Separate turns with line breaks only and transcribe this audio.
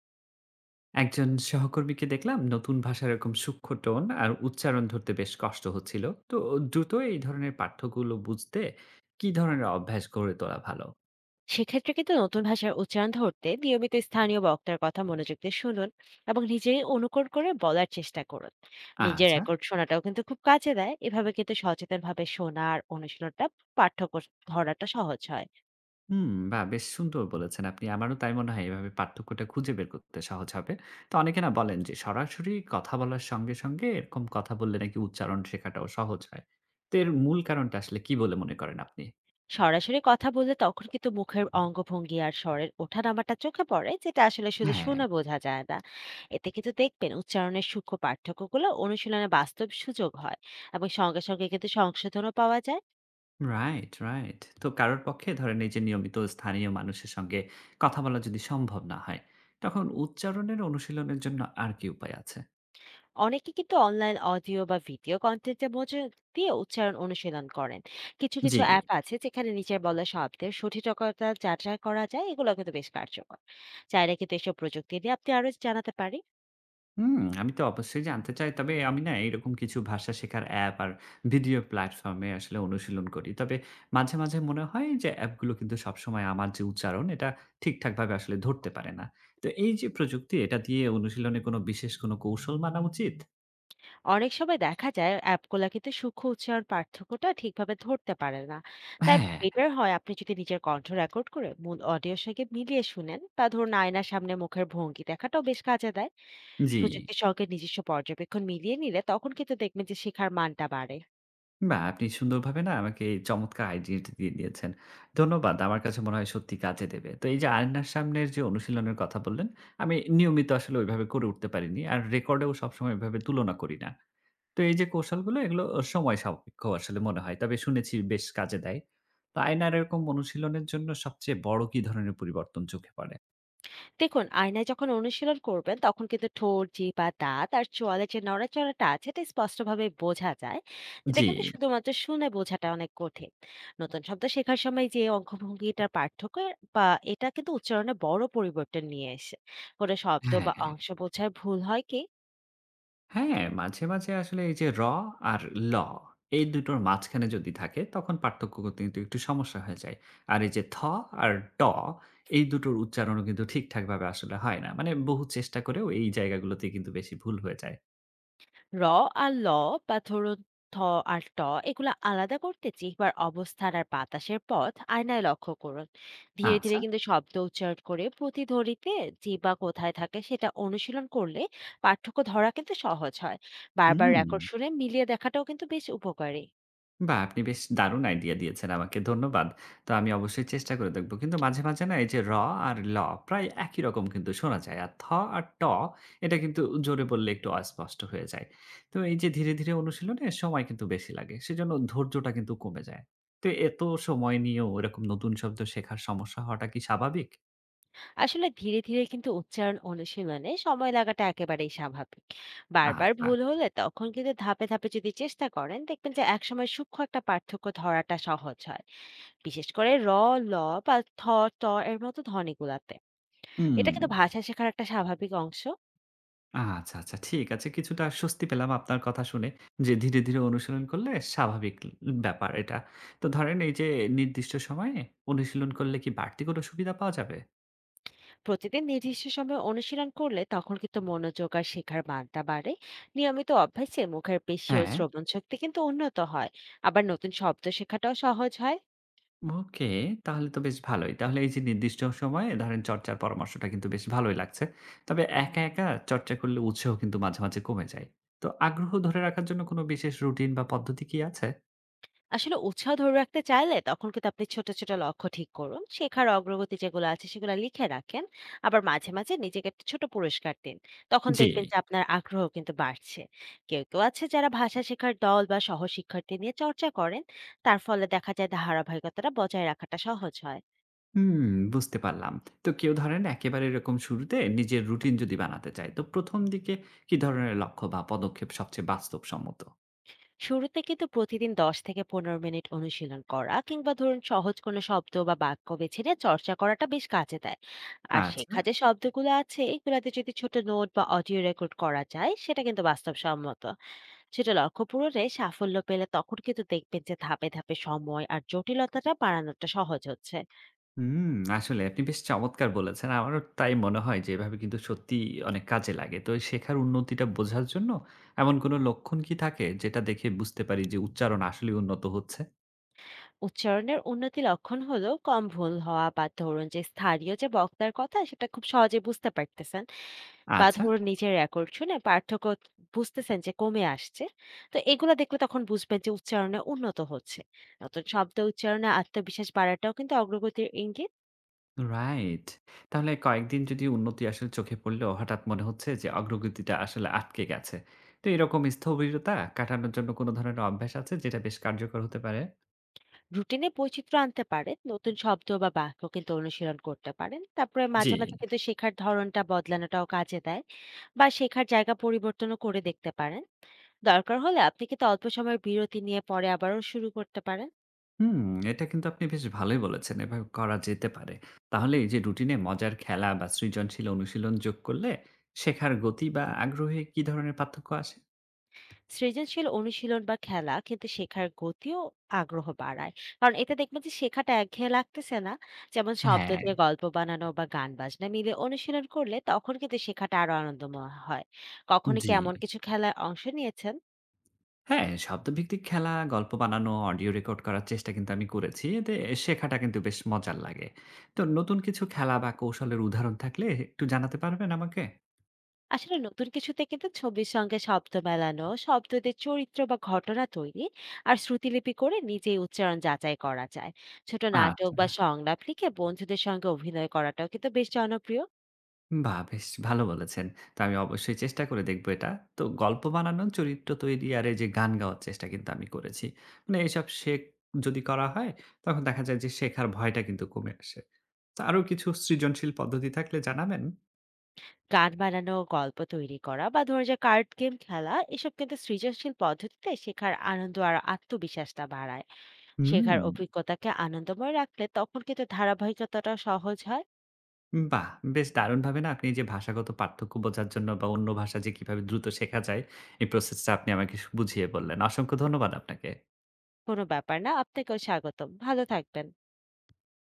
একজন সহকর্মীকে দেখলাম নতুন ভাষার এরকম সূক্ষ্ম টোন আর উচ্চারণ ধরতে বেশ কষ্ট হচ্ছিল। তো দ্রুত এই ধরনের পাঠ্যগুলো বুঝতে কি ধরনের অভ্যাস গড়ে তোলা ভালো?
সেক্ষেত্রে কিন্তু নতুন ভাষার উচ্চারণ ধরতে নিয়মিত স্থানীয় বক্তার কথা মনোযোগ দিয়ে শুনুন এবং নিজে অনুকরণ করে বলার চেষ্টা করুন। নিজের
আচ্ছা।
রেকর্ড শোনাটাও কিন্তু খুব কাজে দেয়। এভাবে কিন্তু সচেতনভাবে শোনা আর অনুশীলনটা পার্থক্য ধরাটা সহজ হয়।
হুম, বা বেশ সুন্দর বলেছেন আপনি, আমারও তাই মনে হয়, এভাবে পার্থক্যটা খুঁজে বের করতে সহজ হবে। তো অনেকে না বলেন যে সরাসরি কথা বলার সঙ্গে সঙ্গে এরকম কথা বললে নাকি উচ্চারণ শেখাটাও সহজ হয়। তো এর মূল কারণটা আসলে কি বলে মনে করেন আপনি?
সরাসরি কথা বললে তখন কিন্তু মুখের অঙ্গভঙ্গি আর স্বরের ওঠানামাটা চোখে পড়ে, যেটা আসলে শুধু
হ্যাঁ।
শুনে বোঝা যায় না। এতে কিন্তু দেখবেন উচ্চারণের সূক্ষ্ম পার্থক্যগুলো অনুশীলনে বাস্তব সুযোগ হয় এবং সঙ্গে সঙ্গে কিন্তু সংশোধনও পাওয়া যায়।
Right, right. তো কারোর পক্ষে ধরেন এই যে নিয়মিত স্থানীয় মানুষের সঙ্গে কথা বলা যদি সম্ভব না হয়, তখন উচ্চারণের অনুশীলনের জন্য আর কি উপায় আছে?
অনেকে কিন্তু অনলাইন অডিও বা ভিডিও কন্টেন্টের মধ্যে দিয়ে উচ্চারণ অনুশীলন করেন। কিছু
জি।
কিছু অ্যাপ আছে যেখানে নিচের বলা শব্দের সঠিকতা যাচাই করা যায়, এগুলো কিন্তু বেশ কার্যকর। চাইলে কিন্তু এসব প্রযুক্তি নিয়ে আপনি আরো জানাতে পারি।
হুম, আমি তো অবশ্যই জানতে চাই। তবে আমি না এরকম কিছু ভাষা শেখার অ্যাপ আর ভিডিও প্ল্যাটফর্মে আসলে অনুশীলন করি। তবে মাঝে, মাঝে মনে হয় যে অ্যাপগুলো কিন্তু সবসময় আমার যে উচ্চারণ এটা ঠিকঠাকভাবে আসলে ধরতে পারে না। তো এই যে প্রযুক্তি এটা দিয়ে অনুশীলনে কোনো বিশেষ কৌশল মানা উচিত?
অনেক সময় দেখা যায় অ্যাপগুলো কিন্তু সূক্ষ্ম উচ্চারণ পার্থক্যটা ঠিকভাবে ধরতে পারে না। তাই
হ্যাঁ।
বেটার হয় আপনি যদি নিজের কণ্ঠ রেকর্ড করে মূল অডিওর সঙ্গে মিলিয়ে শুনেন, বা ধরুন আয়নার সামনে মুখের ভঙ্গি দেখাটাও বেশ কাজে দেয়।
জি।
প্রযুক্তির সঙ্গে নিজস্ব পর্যবেক্ষণ মিলিয়ে নিলে তখন কিন্তু দেখবেন যে শেখার মানটা বাড়ে।
বাহ! আপনি সুন্দরভাবে না আমাকে এই চমৎকার আইডিয়াটি দিয়ে দিয়েছেন। ধন্যবাদ। আমার কাছে মনে হয় সত্যি কাজে দেবে। তো এই যে আয়নার সামনের যে অনুশীলনের কথা বললেন, আমি নিয়মিত আসলে ওইভাবে করে উঠতে পারিনি। আর রেকর্ডেও সবসময় ওইভাবে তুলনা করি না। তো এই যে কৌশলগুলো এগুলো সময় সাপেক্ষ আসলে মনে হয়। তবে শুনেছি বেশ কাজে দেয়। তো আয়নার এরকম অনুশীলনের জন্য সবচেয়ে বড় কি ধরনের পরিবর্তন চোখে পড়ে?
দেখুন, আয়নায় যখন অনুশীলন করবেন তখন কিন্তু ঠোঁট, জিভ বা দাঁত আর চোয়ালে যে নড়াচড়াটা আছে এটা স্পষ্টভাবে বোঝা যায়, যেটা
জি।
কিন্তু শুধুমাত্র শুনে বোঝাটা অনেক কঠিন। নতুন শব্দ শেখার সময় যে অঙ্গভঙ্গিটার পার্থক্য বা এটা কিন্তু উচ্চারণে বড় পরিবর্তন নিয়ে এসে কোনো শব্দ
হ্যাঁ।
বা অংশ বোঝায় ভুল হয় কি।
হ্যাঁ, মাঝে, মাঝে আসলে এই যে র আর ল এই দুটোর মাঝখানে যদি থাকে তখন পার্থক্য করতে কিন্তু একটু সমস্যা হয়ে যায়। আর এই যে থ আর ট এই দুটোর উচ্চারণও কিন্তু ঠিকঠাকভাবে আসলে হয় না। মানে বহু চেষ্টা করেও এই জায়গাগুলোতে কিন্তু বেশি ভুল হয়ে যায়।
র আর ল বা ধরুন থ আর ট, এগুলো আলাদা করতে জিহ্বার অবস্থান আর বাতাসের পথ আয়নায় লক্ষ্য করুন। ধীরে
আচ্ছা।
ধীরে কিন্তু শব্দ উচ্চারণ করে প্রতিধ্বনিতে জিহ্বা কোথায় থাকে সেটা অনুশীলন করলে পার্থক্য ধরা কিন্তু সহজ হয়। বারবার
হুম।
রেকর্ড শুনে মিলিয়ে দেখাটাও কিন্তু বেশ উপকারী।
বাহ! আপনি বেশ দারুণ আইডিয়া দিয়েছেন আমাকে। ধন্যবাদ। তো আমি অবশ্যই চেষ্টা করে দেখব। কিন্তু মাঝে, মাঝে না এই যে র আর ল প্রায় একই রকম কিন্তু শোনা যায়। আর থ আর ট এটা কিন্তু জোরে বললে একটু অস্পষ্ট হয়ে যায়। তো এই যে ধীরে, ধীরে অনুশীলনে সময় কিন্তু বেশি লাগে। সেজন্য ধৈর্যটা কিন্তু কমে যায়। তো এত সময় নিয়েও এরকম নতুন শব্দ শেখার সমস্যা হওয়াটা কি স্বাভাবিক?
আসলে ধীরে ধীরে কিন্তু উচ্চারণ অনুশীলনে সময় লাগাটা একেবারেই স্বাভাবিক। বারবার
আচ্ছা।
ভুল হলে তখন কিন্তু ধাপে ধাপে যদি চেষ্টা করেন, দেখবেন যে একসময় সূক্ষ্ম একটা পার্থক্য ধরাটা সহজ হয়, বিশেষ করে র, ল বা থ, ট এর মতো ধ্বনিগুলাতে। এটা
হুম।
কিন্তু ভাষা শেখার একটা স্বাভাবিক অংশ।
আচ্ছা, আচ্ছা। ঠিক আছে। কিছুটা স্বস্তি পেলাম আপনার কথা শুনে যে ধীরে, ধীরে অনুশীলন করলে স্বাভাবিক ল ব্যাপার এটা। তো ধরেন এই যে নির্দিষ্ট সময়ে অনুশীলন করলে কি বাড়তি কোনো সুবিধা পাওয়া যাবে?
প্রতিদিন নির্দিষ্ট সময়ে অনুশীলন করলে তখন কিন্তু মনোযোগ আর শেখার মানটা বাড়ে। নিয়মিত অভ্যাসে মুখের পেশি ও
হ্যাঁ।
শ্রবণ শক্তি কিন্তু উন্নত হয়। আবার নতুন শব্দ শেখাটাও সহজ হয়।
ওকে। তাহলে তো বেশ ভালোই। তাহলে এই যে নির্দিষ্ট সময়ে ধরেন চর্চার পরামর্শটা কিন্তু বেশ ভালোই লাগছে। তবে একা, একা চর্চা করলে উৎসাহ কিন্তু মাঝে, মাঝে কমে যায়। তো আগ্রহ ধরে রাখার জন্য কোনো বিশেষ রুটিন বা পদ্ধতি কি আছে?
আসলে উৎসাহ ধরে রাখতে চাইলে তখন কিন্তু আপনি ছোট ছোট লক্ষ্য ঠিক করুন, শেখার অগ্রগতি যেগুলো আছে সেগুলো লিখে রাখেন। আবার মাঝে মাঝে নিজেকে একটা ছোট পুরস্কার দিন, তখন
জি।
দেখবেন যে আপনার আগ্রহ কিন্তু বাড়ছে। কেউ কেউ আছে যারা ভাষা শেখার দল বা সহশিক্ষার্থী নিয়ে চর্চা করেন, তার ফলে দেখা যায় ধারাবাহিকতাটা বজায় রাখাটা সহজ হয়।
হুম, বুঝতে পারলাম। তো কেউ ধরেন একেবারে এরকম শুরুতে নিজের রুটিন যদি বানাতে চায়, তো ১ম দিকে কি ধরনের লক্ষ্য বা পদক্ষেপ সবচেয়ে বাস্তবসম্মত?
শুরুতে কিন্তু প্রতিদিন 10 থেকে 15 মিনিট অনুশীলন করা কিংবা ধরুন সহজ কোনো শব্দ বা বাক্য বেছে নিয়ে চর্চা করাটা বেশ কাজে দেয়। আর
আচ্ছা।
শেখা যে শব্দগুলো আছে এগুলাতে যদি ছোট নোট বা অডিও রেকর্ড করা যায় সেটা কিন্তু বাস্তবসম্মত। সেটা লক্ষ্য পূরণে সাফল্য পেলে তখন কিন্তু দেখবেন যে ধাপে ধাপে সময় আর জটিলতাটা বাড়ানোটা সহজ হচ্ছে।
হুম, আসলে আপনি বেশ চমৎকার বলেছেন। আমারও তাই মনে হয় যে এভাবে কিন্তু সত্যিই অনেক কাজে লাগে। তো এই শেখার উন্নতিটা বোঝার জন্য এমন কোনো লক্ষণ কি থাকে যেটা দেখে বুঝতে পারি যে উচ্চারণ আসলেই উন্নত হচ্ছে?
উচ্চারণের উন্নতি লক্ষণ হলো কম ভুল হওয়া, বা ধরুন যে স্থানীয় যে বক্তার কথা সেটা খুব সহজে বুঝতে পারতেছেন, বা
আচ্ছা।
ধরুন নিজের রেকর্ড শুনে পার্থক্য বুঝতেছেন যে কমে আসছে। তো এগুলো দেখলে তখন বুঝবেন যে উচ্চারণে উন্নত হচ্ছে। নতুন শব্দ উচ্চারণে আত্মবিশ্বাস বাড়াটাও কিন্তু অগ্রগতির ইঙ্গিত।
রাইট। তাহলে কয়েকদিন যদি উন্নতি আসলে চোখে পড়লেও হঠাৎ মনে হচ্ছে যে অগ্রগতিটা আসলে আটকে গেছে। তো এরকম স্থবিরতা কাটানোর জন্য কোন ধরনের অভ্যাস আছে যেটা বেশ কার্যকর হতে পারে?
রুটিনে বৈচিত্র্য আনতে পারেন, নতুন শব্দ বা বাক্য কিন্তু অনুশীলন করতে পারেন, তারপরে
জি।
মাঝে মাঝে কিন্তু শেখার ধরনটা বদলানোটাও কাজে দেয়। বা শেখার জায়গা পরিবর্তনও করে দেখতে পারেন। দরকার হলে আপনি কিন্তু অল্প সময়ের বিরতি নিয়ে পরে আবারও শুরু করতে পারেন।
হুম, এটা কিন্তু আপনি বেশ ভালোই বলেছেন। এভাবে করা যেতে পারে। তাহলে এই যে রুটিনে মজার খেলা বা সৃজনশীল অনুশীলন যোগ করলে শেখার গতি বা আগ্রহে কি ধরনের পার্থক্য আসে?
সৃজনশীল অনুশীলন বা খেলা কিন্তু শেখার গতি ও আগ্রহ বাড়ায়, কারণ এতে দেখবেন যে শেখাটা একঘেয়ে লাগতেছে না। যেমন শব্দ
হ্যাঁ।
দিয়ে গল্প বানানো বা গান বাজনা মিলে অনুশীলন করলে তখন কিন্তু শেখাটা আরো আনন্দময় হয়। কখনো কি
জি।
এমন কিছু খেলায় অংশ নিয়েছেন?
হ্যাঁ, শব্দভিত্তিক খেলা, গল্প বানানো, অডিও রেকর্ড করার চেষ্টা কিন্তু আমি করেছি। এতে শেখাটা কিন্তু বেশ মজার লাগে। তো নতুন কিছু খেলা বা কৌশলের উদাহরণ থাকলে একটু জানাতে পারবেন আমাকে?
আসলে নতুন কিছুতে কিন্তু ছবির সঙ্গে শব্দ মেলানো, শব্দ দিয়ে চরিত্র বা ঘটনা তৈরি আর শ্রুতিলিপি করে নিজেই উচ্চারণ যাচাই করা যায়। ছোট নাটক
আচ্ছা।
বা সংলাপ লিখে বন্ধুদের সঙ্গে অভিনয় করাটাও কিন্তু বেশ জনপ্রিয়।
বাহ! বেশ ভালো বলেছেন। তো আমি অবশ্যই চেষ্টা করে দেখব এটা। তো গল্প বানানো, চরিত্র তৈরি আর এই যে গান গাওয়ার চেষ্টা কিন্তু আমি করেছি। মানে এসব শেখ যদি করা হয় তখন দেখা যায় যে শেখার ভয়টা কিন্তু কমে আসে। তো আরো কিছু সৃজনশীল পদ্ধতি থাকলে জানাবেন?
গান বানানো, গল্প তৈরি করা বা ধরুন যে কার্ড গেম খেলা, এসব কিন্তু সৃজনশীল পদ্ধতিতে শেখার আনন্দ আর আত্মবিশ্বাসটা বাড়ায়।
হুম।
শেখার অভিজ্ঞতাকে আনন্দময় রাখলে তখন কিন্তু ধারাবাহিকতাটা সহজ হয়।
বাহ! বেশ দারুণভাবে না আপনি যে ভাষাগত পার্থক্য বোঝার জন্য বা অন্য ভাষা যে কিভাবে দ্রুত শেখা যায়, এই প্রসেসটা আপনি আমাকে সু বুঝিয়ে বললেন। অসংখ্য ধন্যবাদ আপনাকে।
কোনো ব্যাপার না, আপনাকেও স্বাগতম। ভালো থাকবেন।